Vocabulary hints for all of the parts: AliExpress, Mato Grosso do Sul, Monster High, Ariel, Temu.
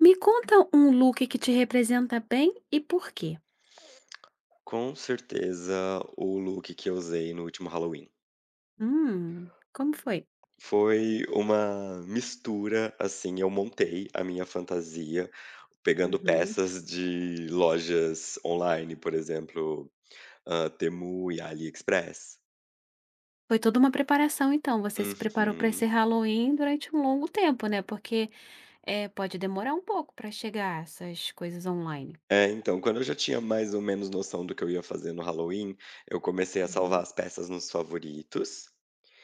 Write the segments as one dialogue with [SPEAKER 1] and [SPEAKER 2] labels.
[SPEAKER 1] Me conta um look que te representa bem e por quê?
[SPEAKER 2] Com certeza, o look que eu usei no último Halloween.
[SPEAKER 1] Como foi?
[SPEAKER 2] Foi uma mistura, assim, eu montei a minha fantasia pegando
[SPEAKER 1] Uhum.
[SPEAKER 2] peças de lojas online, por exemplo, Temu e AliExpress.
[SPEAKER 1] Foi toda uma preparação, então. Você se preparou para
[SPEAKER 2] Uhum.
[SPEAKER 1] esse Halloween durante um longo tempo, né? Porque pode demorar um pouco para chegar essas coisas online.
[SPEAKER 2] É, então, quando eu já tinha mais ou menos noção do que eu ia fazer no Halloween, eu comecei a salvar
[SPEAKER 1] Uhum,
[SPEAKER 2] as peças nos favoritos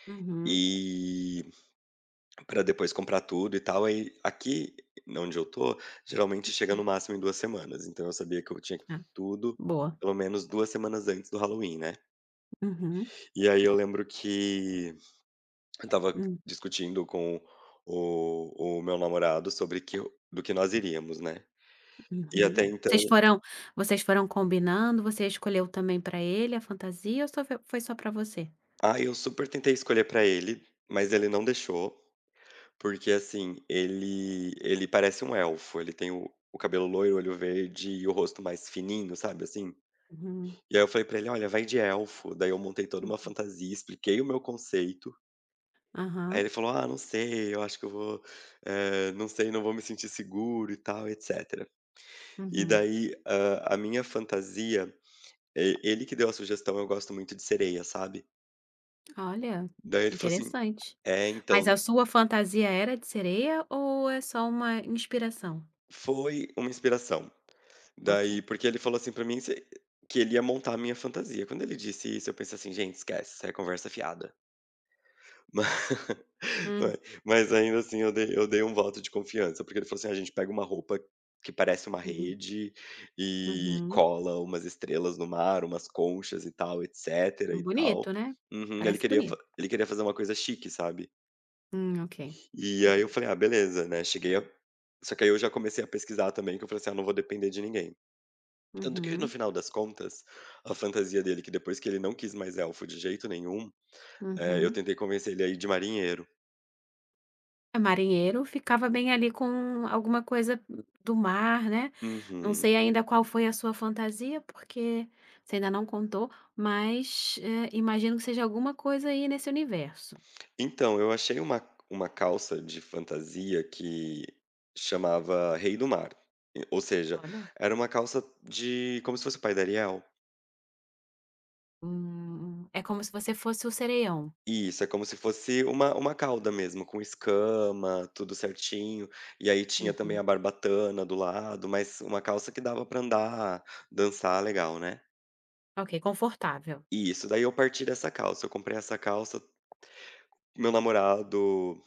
[SPEAKER 1] uhum.
[SPEAKER 2] e pra depois comprar tudo e tal. Aí aqui onde eu tô, geralmente chega
[SPEAKER 1] Hum,
[SPEAKER 2] no máximo em 2 semanas, então eu sabia que eu tinha que
[SPEAKER 1] ah,
[SPEAKER 2] comprar tudo
[SPEAKER 1] boa.
[SPEAKER 2] pelo menos 2 semanas antes do Halloween, né.
[SPEAKER 1] Uhum,
[SPEAKER 2] E aí eu lembro que eu estava
[SPEAKER 1] hum,
[SPEAKER 2] discutindo com o meu namorado sobre que eu do que nós iríamos, né. E até
[SPEAKER 1] uhum.
[SPEAKER 2] então
[SPEAKER 1] Vocês foram combinando? Você escolheu também para ele a fantasia ou só foi só para você?
[SPEAKER 2] eu super tentei escolher pra ele, mas ele não deixou, porque assim, ele parece um elfo, ele tem o cabelo loiro, olho verde e o rosto mais fininho, sabe, assim?
[SPEAKER 1] Uhum,
[SPEAKER 2] E aí eu falei pra ele: "Olha, vai de elfo". Daí eu montei toda uma
[SPEAKER 1] hum,
[SPEAKER 2] fantasia, expliquei o meu conceito. Aí
[SPEAKER 1] aham.
[SPEAKER 2] ele falou: "Ah, não sei, eu acho que eu vou, não sei, não vou me sentir seguro e tal, etcétera". E
[SPEAKER 1] Uhum.
[SPEAKER 2] daí, a minha fantasia, e ele que deu a sugestão. Eu gosto muito de sereia, sabe.
[SPEAKER 1] Olha,
[SPEAKER 2] Daí ele falou assim:
[SPEAKER 1] interessante.
[SPEAKER 2] "É,
[SPEAKER 1] Mas
[SPEAKER 2] então,
[SPEAKER 1] a sua fantasia era de sereia ou é só uma inspiração?
[SPEAKER 2] foi uma inspiração".
[SPEAKER 1] Ok.
[SPEAKER 2] Daí porque ele falou assim pra mim se que ele ia montar a minha fantasia. Quando ele disse isso, eu pensei assim: "Gente, esquece, isso é conversa fiada".
[SPEAKER 1] Hum,
[SPEAKER 2] Foi. Mas ainda assim eu dei um voto de confiança, porque ele falou assim: "A gente pega uma roupa que parece uma
[SPEAKER 1] uhum,
[SPEAKER 2] rede e
[SPEAKER 1] uhum.
[SPEAKER 2] cola umas estrelas no mar, umas conchas e tal, etcétera e
[SPEAKER 1] Bonito,
[SPEAKER 2] tal".
[SPEAKER 1] né?
[SPEAKER 2] Uhum. Ele
[SPEAKER 1] Parece
[SPEAKER 2] queria fa
[SPEAKER 1] bonito.
[SPEAKER 2] ele queria fazer uma coisa chique, sabe.
[SPEAKER 1] Ok.
[SPEAKER 2] E aí eu falei: "Ah, beleza", né, cheguei a só que aí eu já comecei a pesquisar também, que eu falei assim: "Ah, não vou depender de ninguém". Tanto que no
[SPEAKER 1] Uhum,
[SPEAKER 2] final das contas, a fantasia dele, que depois que ele não quis mais elfo de jeito nenhum, eu
[SPEAKER 1] uhum.
[SPEAKER 2] tentei convencer ele a ir de marinheiro.
[SPEAKER 1] É marinheiro, ficava bem ali com alguma coisa do mar, né? Não
[SPEAKER 2] Uhum.
[SPEAKER 1] sei ainda qual foi a sua fantasia, porque você ainda não contou, mas imagino que seja alguma coisa aí nesse universo.
[SPEAKER 2] Então, eu achei uma calça de fantasia que chamava Rei do Mar, e ou seja,
[SPEAKER 1] Olha.
[SPEAKER 2] era uma calça de como se fosse o pai da Ariel.
[SPEAKER 1] É como se você fosse o sereião.
[SPEAKER 2] Isso, é como se fosse uma cauda mesmo, com escama, tudo certinho, e aí tinha também a
[SPEAKER 1] Uhum.
[SPEAKER 2] barbatana do lado, mas uma calça que dava pra andar, dançar legal, né.
[SPEAKER 1] Ok, confortável.
[SPEAKER 2] E isso, daí eu parti dessa calça, eu comprei essa calça. Meu namorado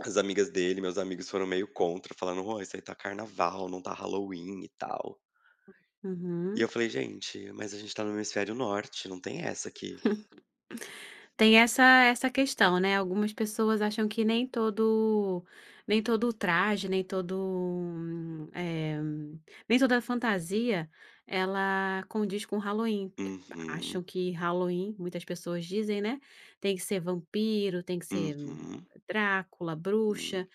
[SPEAKER 2] As amigas dele, meus amigos foram meio contra, falando: "Ô, isso aí tá carnaval, não tá Halloween e tal". E
[SPEAKER 1] Uhum.
[SPEAKER 2] eu falei: "Gente, mas a gente tá no hemisfério norte, não tem essa aqui".
[SPEAKER 1] Tem essa questão, né, algumas pessoas acham que nem todo traje, nem todo, nem toda fantasia, ela condiz com Halloween, porque
[SPEAKER 2] Uhum,
[SPEAKER 1] acham que Halloween, muitas pessoas dizem, né, tem que ser vampiro, tem que ser
[SPEAKER 2] uhum,
[SPEAKER 1] Drácula,
[SPEAKER 2] sim,
[SPEAKER 1] bruxa.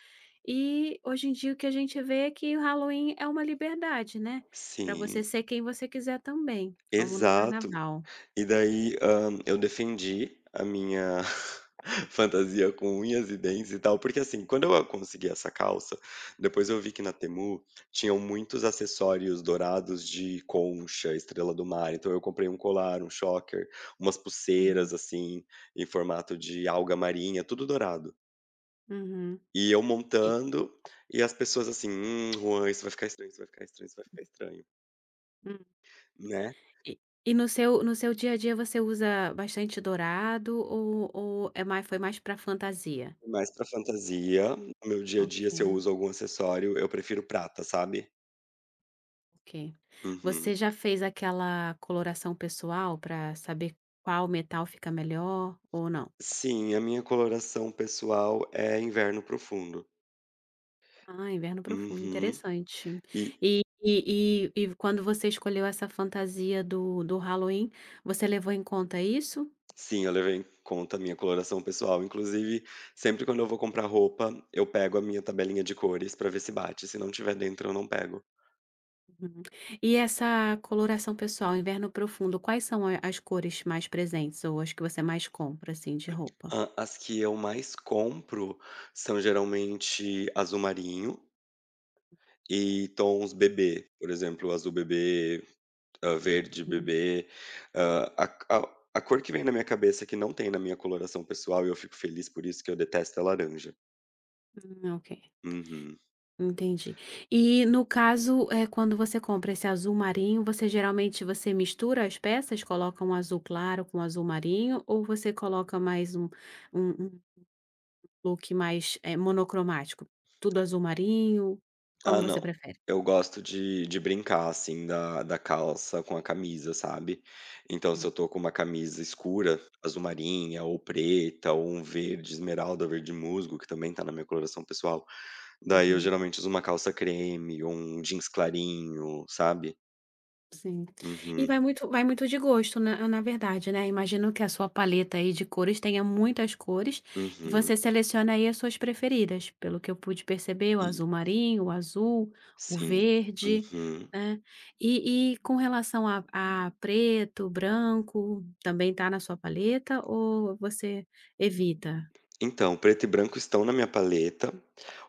[SPEAKER 1] E hoje em dia o que a gente vê é que o Halloween é uma liberdade, né, para você
[SPEAKER 2] sim,
[SPEAKER 1] ser quem você quiser também, como no
[SPEAKER 2] exato.
[SPEAKER 1] carnaval.
[SPEAKER 2] E daí, eu defendi a minha fantasia com unhas e dentes e tal, porque, assim, quando eu consegui essa calça, depois eu vi que na Temu tinham muitos acessórios dourados de concha, estrela do mar, então eu comprei um colar, um choker, umas
[SPEAKER 1] Uhum,
[SPEAKER 2] pulseiras, assim, em formato de alga marinha, tudo dourado.
[SPEAKER 1] uhum.
[SPEAKER 2] E eu
[SPEAKER 1] E
[SPEAKER 2] montando, e as pessoas assim: Juan, isso vai ficar estranho, isso vai ficar estranho, isso vai ficar estranho", né.
[SPEAKER 1] E e no seu dia a dia você usa bastante dourado ou é mais foi mais para fantasia?
[SPEAKER 2] Mais pra fantasia. No meu dia a
[SPEAKER 1] Ok,
[SPEAKER 2] dia, se eu uso algum acessório, eu prefiro prata, sabe?
[SPEAKER 1] ok. Você
[SPEAKER 2] Uhum.
[SPEAKER 1] já fez aquela coloração pessoal para saber qual metal fica melhor ou não?
[SPEAKER 2] Sim, a minha coloração pessoal é inverno profundo.
[SPEAKER 1] Ah, inverno profundo,
[SPEAKER 2] Uhum.
[SPEAKER 1] interessante.
[SPEAKER 2] E
[SPEAKER 1] E quando você escolheu essa fantasia do Halloween, você levou em conta isso?
[SPEAKER 2] sim, eu levei em conta a minha coloração pessoal. Inclusive, sempre quando eu vou comprar roupa, eu pego a minha tabelinha de cores pra ver se bate. Se não tiver dentro, eu não pego.
[SPEAKER 1] Uhum. E essa coloração pessoal, inverno profundo, quais são a- as cores mais presentes ou as que você mais compra, assim, de roupa?
[SPEAKER 2] Ah, as que eu mais compro são geralmente azul marinho e tons bebê. Por exemplo, azul bebê, verde,
[SPEAKER 1] Hum,
[SPEAKER 2] bebê, a cor que vem na minha cabeça que não tem na minha coloração pessoal e eu fico feliz por isso, que eu detesto é laranja.
[SPEAKER 1] ok,
[SPEAKER 2] Uhum.
[SPEAKER 1] entendi. E no caso, é, quando você compra esse azul marinho, você geralmente você mistura as peças, coloca um azul claro com azul marinho, ou você coloca mais um, um, um look monocromático? Tudo azul marinho? Como
[SPEAKER 2] Ah,
[SPEAKER 1] você
[SPEAKER 2] não.
[SPEAKER 1] prefere?
[SPEAKER 2] Eu gosto de brincar, assim, da calça com a camisa, sabe. Então se eu tô com uma camisa escura, azul marinha ou preta ou um verde esmeralda, verde musgo, que também tá na minha coloração pessoal, daí eu
[SPEAKER 1] Uhum.
[SPEAKER 2] geralmente uso uma calça creme ou um jeans clarinho, sabe.
[SPEAKER 1] Sim. E
[SPEAKER 2] Uhum,
[SPEAKER 1] vai muito de gosto, na verdade, né. Imagino que a sua paleta aí de cores tenha muitas cores, e
[SPEAKER 2] uhum.
[SPEAKER 1] você seleciona aí as suas preferidas, pelo que eu pude perceber, o
[SPEAKER 2] E
[SPEAKER 1] azul marinho, o azul, o
[SPEAKER 2] sim.
[SPEAKER 1] verde,
[SPEAKER 2] Uhum.
[SPEAKER 1] né. E com relação a preto, branco, também tá na sua paleta ou você evita?
[SPEAKER 2] Então, preto e branco estão na minha paleta.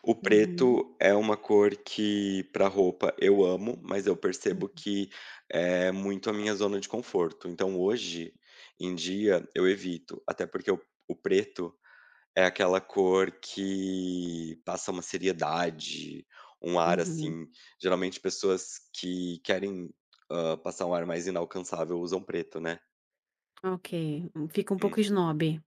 [SPEAKER 2] O
[SPEAKER 1] Uhum.
[SPEAKER 2] preto é uma cor que, para roupa, eu amo, mas eu percebo que é muito a minha zona de conforto. Então, hoje em dia, eu evito, até porque o preto é aquela cor que passa uma seriedade, um ar
[SPEAKER 1] Uhum.
[SPEAKER 2] assim. Geralmente, pessoas que querem passar um ar mais inalcançável usam preto, né?
[SPEAKER 1] Ok. Fica um pouco snob.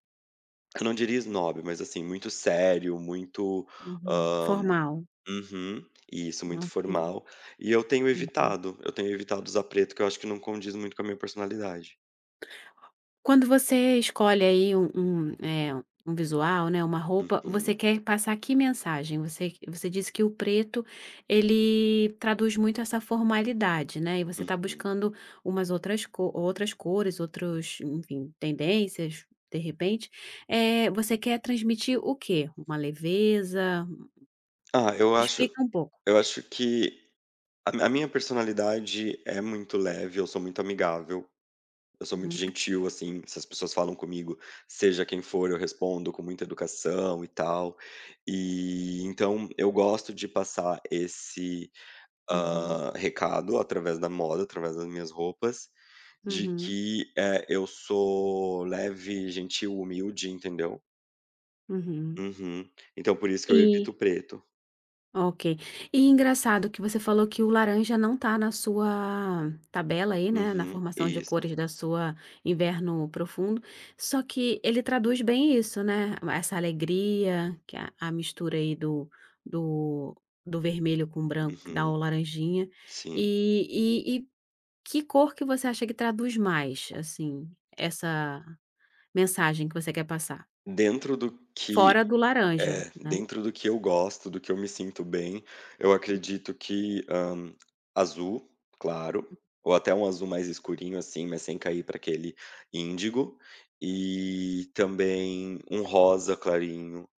[SPEAKER 2] Eu não diria snob, mas assim, muito sério, muito,
[SPEAKER 1] Uhum.
[SPEAKER 2] hã
[SPEAKER 1] Formal.
[SPEAKER 2] uhum, isso, muito
[SPEAKER 1] Ok.
[SPEAKER 2] formal. E eu tenho evitado usar preto, que eu acho que não condiz muito com a minha personalidade.
[SPEAKER 1] Quando você escolhe aí um um visual, né, uma roupa, você
[SPEAKER 2] Uhum,
[SPEAKER 1] quer passar que mensagem? Você disse que o preto ele traduz muito essa formalidade, né, e você está
[SPEAKER 2] uhum.
[SPEAKER 1] buscando umas outras co outras cores, outros, enfim, tendências, de repente. É, você quer transmitir o quê? Uma leveza?
[SPEAKER 2] Ah, eu acho
[SPEAKER 1] Explica um pouco.
[SPEAKER 2] eu acho que a minha personalidade é muito leve, eu sou muito amigável, eu sou muito
[SPEAKER 1] Hum,
[SPEAKER 2] gentil, assim, se as pessoas falam comigo, seja quem for, eu respondo com muita educação e tal. E então eu gosto de passar esse
[SPEAKER 1] uhum,
[SPEAKER 2] Recado através da moda, através das minhas roupas, de
[SPEAKER 1] uhum,
[SPEAKER 2] que, eu sou leve, gentil, humilde, entendeu?
[SPEAKER 1] uhum.
[SPEAKER 2] Uhum. Então por isso que eu evito
[SPEAKER 1] E
[SPEAKER 2] preto.
[SPEAKER 1] ok. E engraçado que você falou que o laranja não tá na sua tabela aí, né, na
[SPEAKER 2] Uhum,
[SPEAKER 1] formação de
[SPEAKER 2] isso.
[SPEAKER 1] cores da sua Inverno Profundo, só que ele traduz bem isso, né, essa alegria, que a mistura aí do, do, do vermelho com branco que dá
[SPEAKER 2] Uhum,
[SPEAKER 1] o laranjinha.
[SPEAKER 2] sim.
[SPEAKER 1] E que cor que você acha que traduz mais, assim, essa mensagem que você quer passar?
[SPEAKER 2] Dentro do que
[SPEAKER 1] Fora do laranja,
[SPEAKER 2] É,
[SPEAKER 1] né?
[SPEAKER 2] dentro do que eu gosto, do que eu me sinto bem, eu acredito que, azul, claro, ou até um azul mais escurinho, assim, mas sem cair para aquele índigo, e também um rosa clarinho,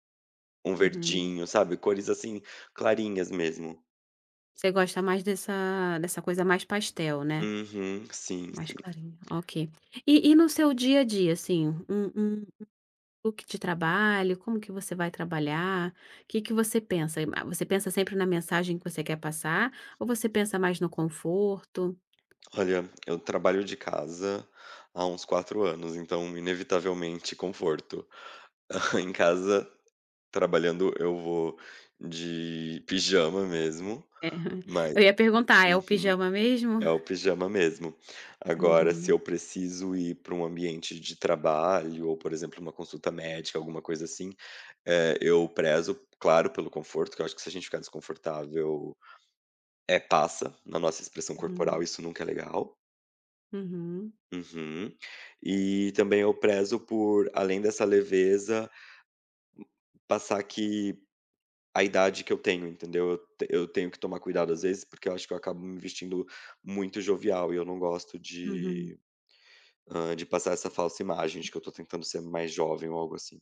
[SPEAKER 2] um
[SPEAKER 1] Uhum.
[SPEAKER 2] verdinho, sabe, cores, assim, clarinhas mesmo.
[SPEAKER 1] Você gosta mais dessa coisa mais pastel, né,
[SPEAKER 2] Uhum, sim,
[SPEAKER 1] mais
[SPEAKER 2] sim.
[SPEAKER 1] clarinha, ok. E no seu dia a dia, assim, um um look de trabalho, como que você vai trabalhar. O que que você pensa? Ah, você pensa sempre na mensagem que você quer passar ou você pensa mais no conforto?
[SPEAKER 2] Olha, eu trabalho de casa há uns 4 anos, então inevitavelmente conforto. Em casa trabalhando eu vou de pijama mesmo,
[SPEAKER 1] É,
[SPEAKER 2] mas
[SPEAKER 1] eu ia perguntar, é o
[SPEAKER 2] uhum,
[SPEAKER 1] pijama mesmo?
[SPEAKER 2] é o pijama mesmo. Agora, se
[SPEAKER 1] Uhum,
[SPEAKER 2] eu preciso ir para um ambiente de trabalho ou, por exemplo, uma consulta médica, alguma coisa assim, eu prezo, claro, pelo conforto, que eu acho que se a gente ficar desconfortável, é passa na nossa expressão corporal,
[SPEAKER 1] uhum,
[SPEAKER 2] isso nunca é legal.
[SPEAKER 1] uhum,
[SPEAKER 2] Uhum. E também eu prezo por, além dessa leveza, passar que a idade que eu tenho, entendeu? Eu tenho que tomar cuidado, às vezes, porque eu acho que eu acabo me vestindo muito jovial e eu não gosto
[SPEAKER 1] uhum.
[SPEAKER 2] de passar essa falsa imagem de que eu tô tentando ser mais jovem ou algo assim.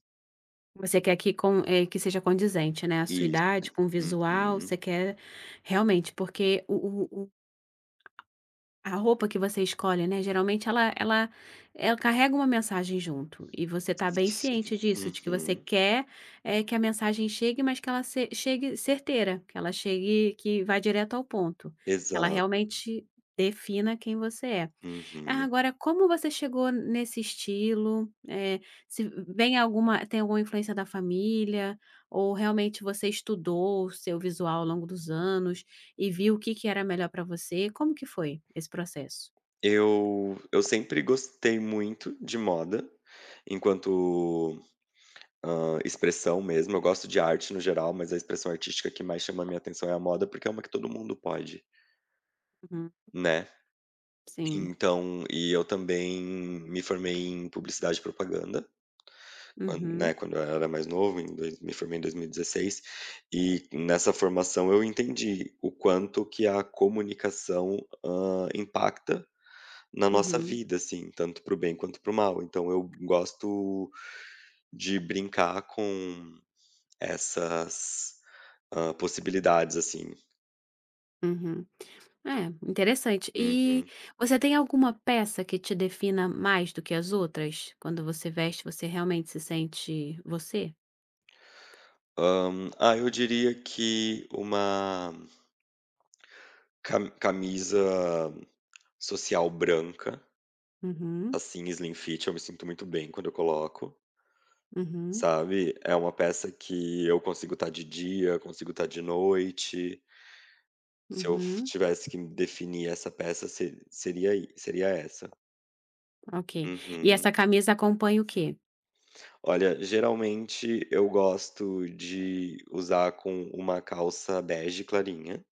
[SPEAKER 1] Você quer que que seja condizente, né, a sua
[SPEAKER 2] Isso.
[SPEAKER 1] idade com o visual,
[SPEAKER 2] Uhum.
[SPEAKER 1] você quer realmente, porque o a roupa que você escolhe, né, geralmente ela carrega uma mensagem junto, e você tá bem
[SPEAKER 2] Sim.
[SPEAKER 1] ciente disso, de que você
[SPEAKER 2] Uhum.
[SPEAKER 1] quer, que a mensagem chegue, mas que ela se chegue certeira, que ela chegue que vá direto ao ponto, que ela
[SPEAKER 2] Exato.
[SPEAKER 1] realmente defina quem você é. Ah,
[SPEAKER 2] Uhum.
[SPEAKER 1] agora como você chegou nesse estilo? Se vem alguma tem alguma influência da família, ou realmente você estudou o seu visual ao longo dos anos e viu o que que era melhor para você? Como que foi esse processo?
[SPEAKER 2] Eu sempre gostei muito de moda, enquanto, expressão mesmo. Eu gosto de arte no geral, mas a expressão artística que mais chama a minha atenção é a moda, porque é uma que todo mundo pode,
[SPEAKER 1] Uhum,
[SPEAKER 2] né?
[SPEAKER 1] sim.
[SPEAKER 2] Então e eu também me formei em publicidade e propaganda, quando
[SPEAKER 1] Uhum,
[SPEAKER 2] né, quando eu era mais novo, em dois me formei em 2016, e dezesseis, e nessa formação eu entendi o quanto que a comunicação, impacta na nossa
[SPEAKER 1] uhum,
[SPEAKER 2] vida, assim, tanto para o bem quanto para o mal. Então eu gosto de brincar com essas, possibilidades, assim.
[SPEAKER 1] uhum. É, interessante. E
[SPEAKER 2] Uhum.
[SPEAKER 1] você tem alguma peça que te defina mais do que as outras? Quando você veste, você realmente se sente você?
[SPEAKER 2] Eu diria que uma ca camisa social branca,
[SPEAKER 1] Uhum,
[SPEAKER 2] assim, slim fit, eu me sinto muito bem quando eu coloco,
[SPEAKER 1] uhum,
[SPEAKER 2] sabe. É uma peça que eu consigo estar de dia, consigo estar de noite. Se eu f
[SPEAKER 1] uhum.
[SPEAKER 2] tivesse que definir essa peça, se seria i seria essa.
[SPEAKER 1] Ok. E
[SPEAKER 2] Uhum.
[SPEAKER 1] essa camisa acompanha o quê?
[SPEAKER 2] Olha, geralmente eu gosto de usar com uma calça bege clarinha.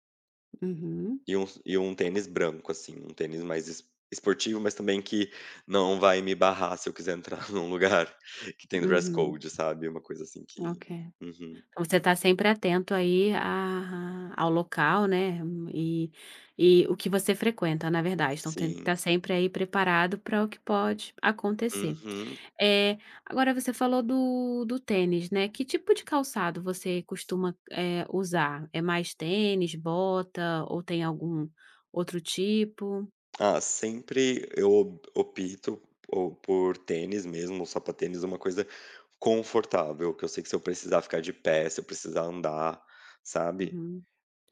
[SPEAKER 1] Uhum,
[SPEAKER 2] E um tênis branco, assim, um tênis mais es esportivo, mas também que não vai me barrar se eu quiser entrar num lugar que tem dress
[SPEAKER 1] uhum,
[SPEAKER 2] code, sabe, uma coisa assim que
[SPEAKER 1] ok.
[SPEAKER 2] uhum.
[SPEAKER 1] Então você está sempre atento aí a ao local, né, e o que você frequenta, na verdade, então tem que
[SPEAKER 2] Sim.
[SPEAKER 1] estar sempre aí preparado para o que pode acontecer.
[SPEAKER 2] Uhum.
[SPEAKER 1] É. Agora você falou do tênis, né, que tipo de calçado você costuma, usar? É mais tênis, bota ou tem algum outro tipo?
[SPEAKER 2] Ah, sempre eu op opto ou por tênis mesmo, ou sapatênis, uma coisa confortável, que eu sei que se eu precisar ficar de pé, se eu precisar andar, sabe.
[SPEAKER 1] Uhum,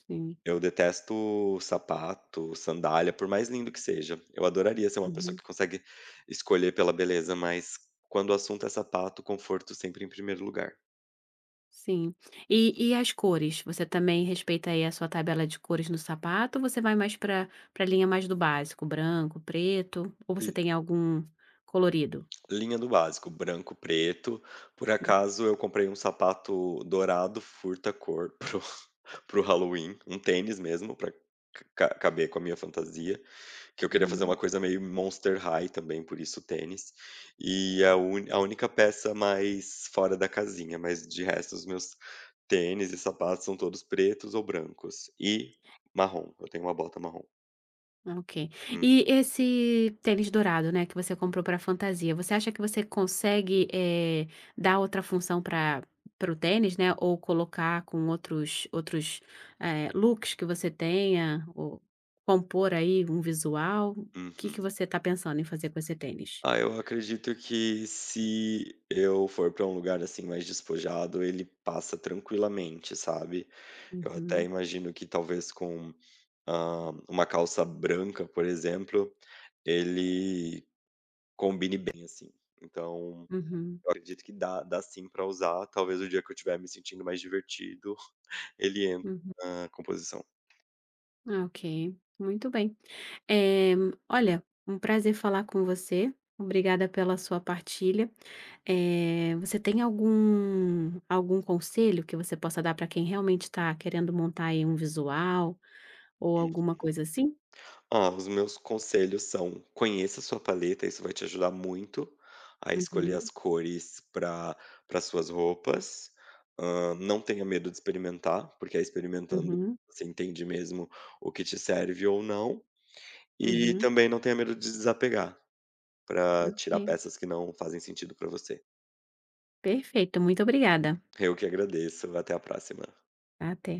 [SPEAKER 1] sim.
[SPEAKER 2] Eu detesto sapato, sandália, por mais lindo que seja. Eu adoraria ser uma pessoa
[SPEAKER 1] Uhum.
[SPEAKER 2] que consegue escolher pela beleza, mas quando o assunto é sapato, conforto sempre em primeiro lugar.
[SPEAKER 1] Sim. E as cores? Você também respeita aí a sua tabela de cores no sapato ou você vai mais para para a linha mais do básico, branco, preto, ou você
[SPEAKER 2] Li-
[SPEAKER 1] tem algum colorido?
[SPEAKER 2] Linha do básico, branco, preto. Por acaso eu comprei um sapato dourado, furta cor, pro Halloween, um tênis mesmo, pra caber com a minha fantasia. Que eu queria fazer uma
[SPEAKER 1] Uhum.
[SPEAKER 2] coisa meio Monster High também, por isso tênis. E a única peça mais fora da casinha, mas de resto os meus tênis e sapatos são todos pretos ou brancos e marrom, eu tenho uma bota marrom.
[SPEAKER 1] Ok.
[SPEAKER 2] Hum,
[SPEAKER 1] E esse tênis dourado, né, que você comprou para fantasia, você acha que você consegue, dar outra função para para o tênis, né, ou colocar com outros looks que você tenha, ou compor aí um visual? O que que
[SPEAKER 2] uhum.
[SPEAKER 1] você está pensando em fazer com esse tênis?
[SPEAKER 2] Ah, eu acredito que se eu for para um lugar, assim, mais despojado, ele passa tranquilamente, sabe. Eu até
[SPEAKER 1] Uhum,
[SPEAKER 2] imagino que talvez com, uma calça branca, por exemplo, ele combine bem, assim. Então,
[SPEAKER 1] uhum,
[SPEAKER 2] eu acredito que dá sim pra usar, talvez o dia que eu estiver me sentindo mais divertido, ele entra
[SPEAKER 1] uhum.
[SPEAKER 2] na composição.
[SPEAKER 1] Ah, ok, muito bem. Eh, Olha, um prazer falar com você. Obrigada pela sua partilha. Você tem algum conselho que você possa dar para quem realmente está querendo montar aí um visual ou
[SPEAKER 2] Hum.
[SPEAKER 1] alguma coisa assim?
[SPEAKER 2] Ah, os meus conselhos são: conheça a sua paleta, isso vai te ajudar muito a escolher
[SPEAKER 1] Uhum,
[SPEAKER 2] as cores pra para suas roupas. Não tenha medo de experimentar, porque aí experimentando
[SPEAKER 1] uhum,
[SPEAKER 2] você entende mesmo o que te serve ou não. E
[SPEAKER 1] uhum.
[SPEAKER 2] também não tenha medo de desapegar, para tirar
[SPEAKER 1] Ok,
[SPEAKER 2] peças que não fazem sentido para você.
[SPEAKER 1] perfeito. Muito obrigada.
[SPEAKER 2] Eu que agradeço. Até a próxima.
[SPEAKER 1] Até.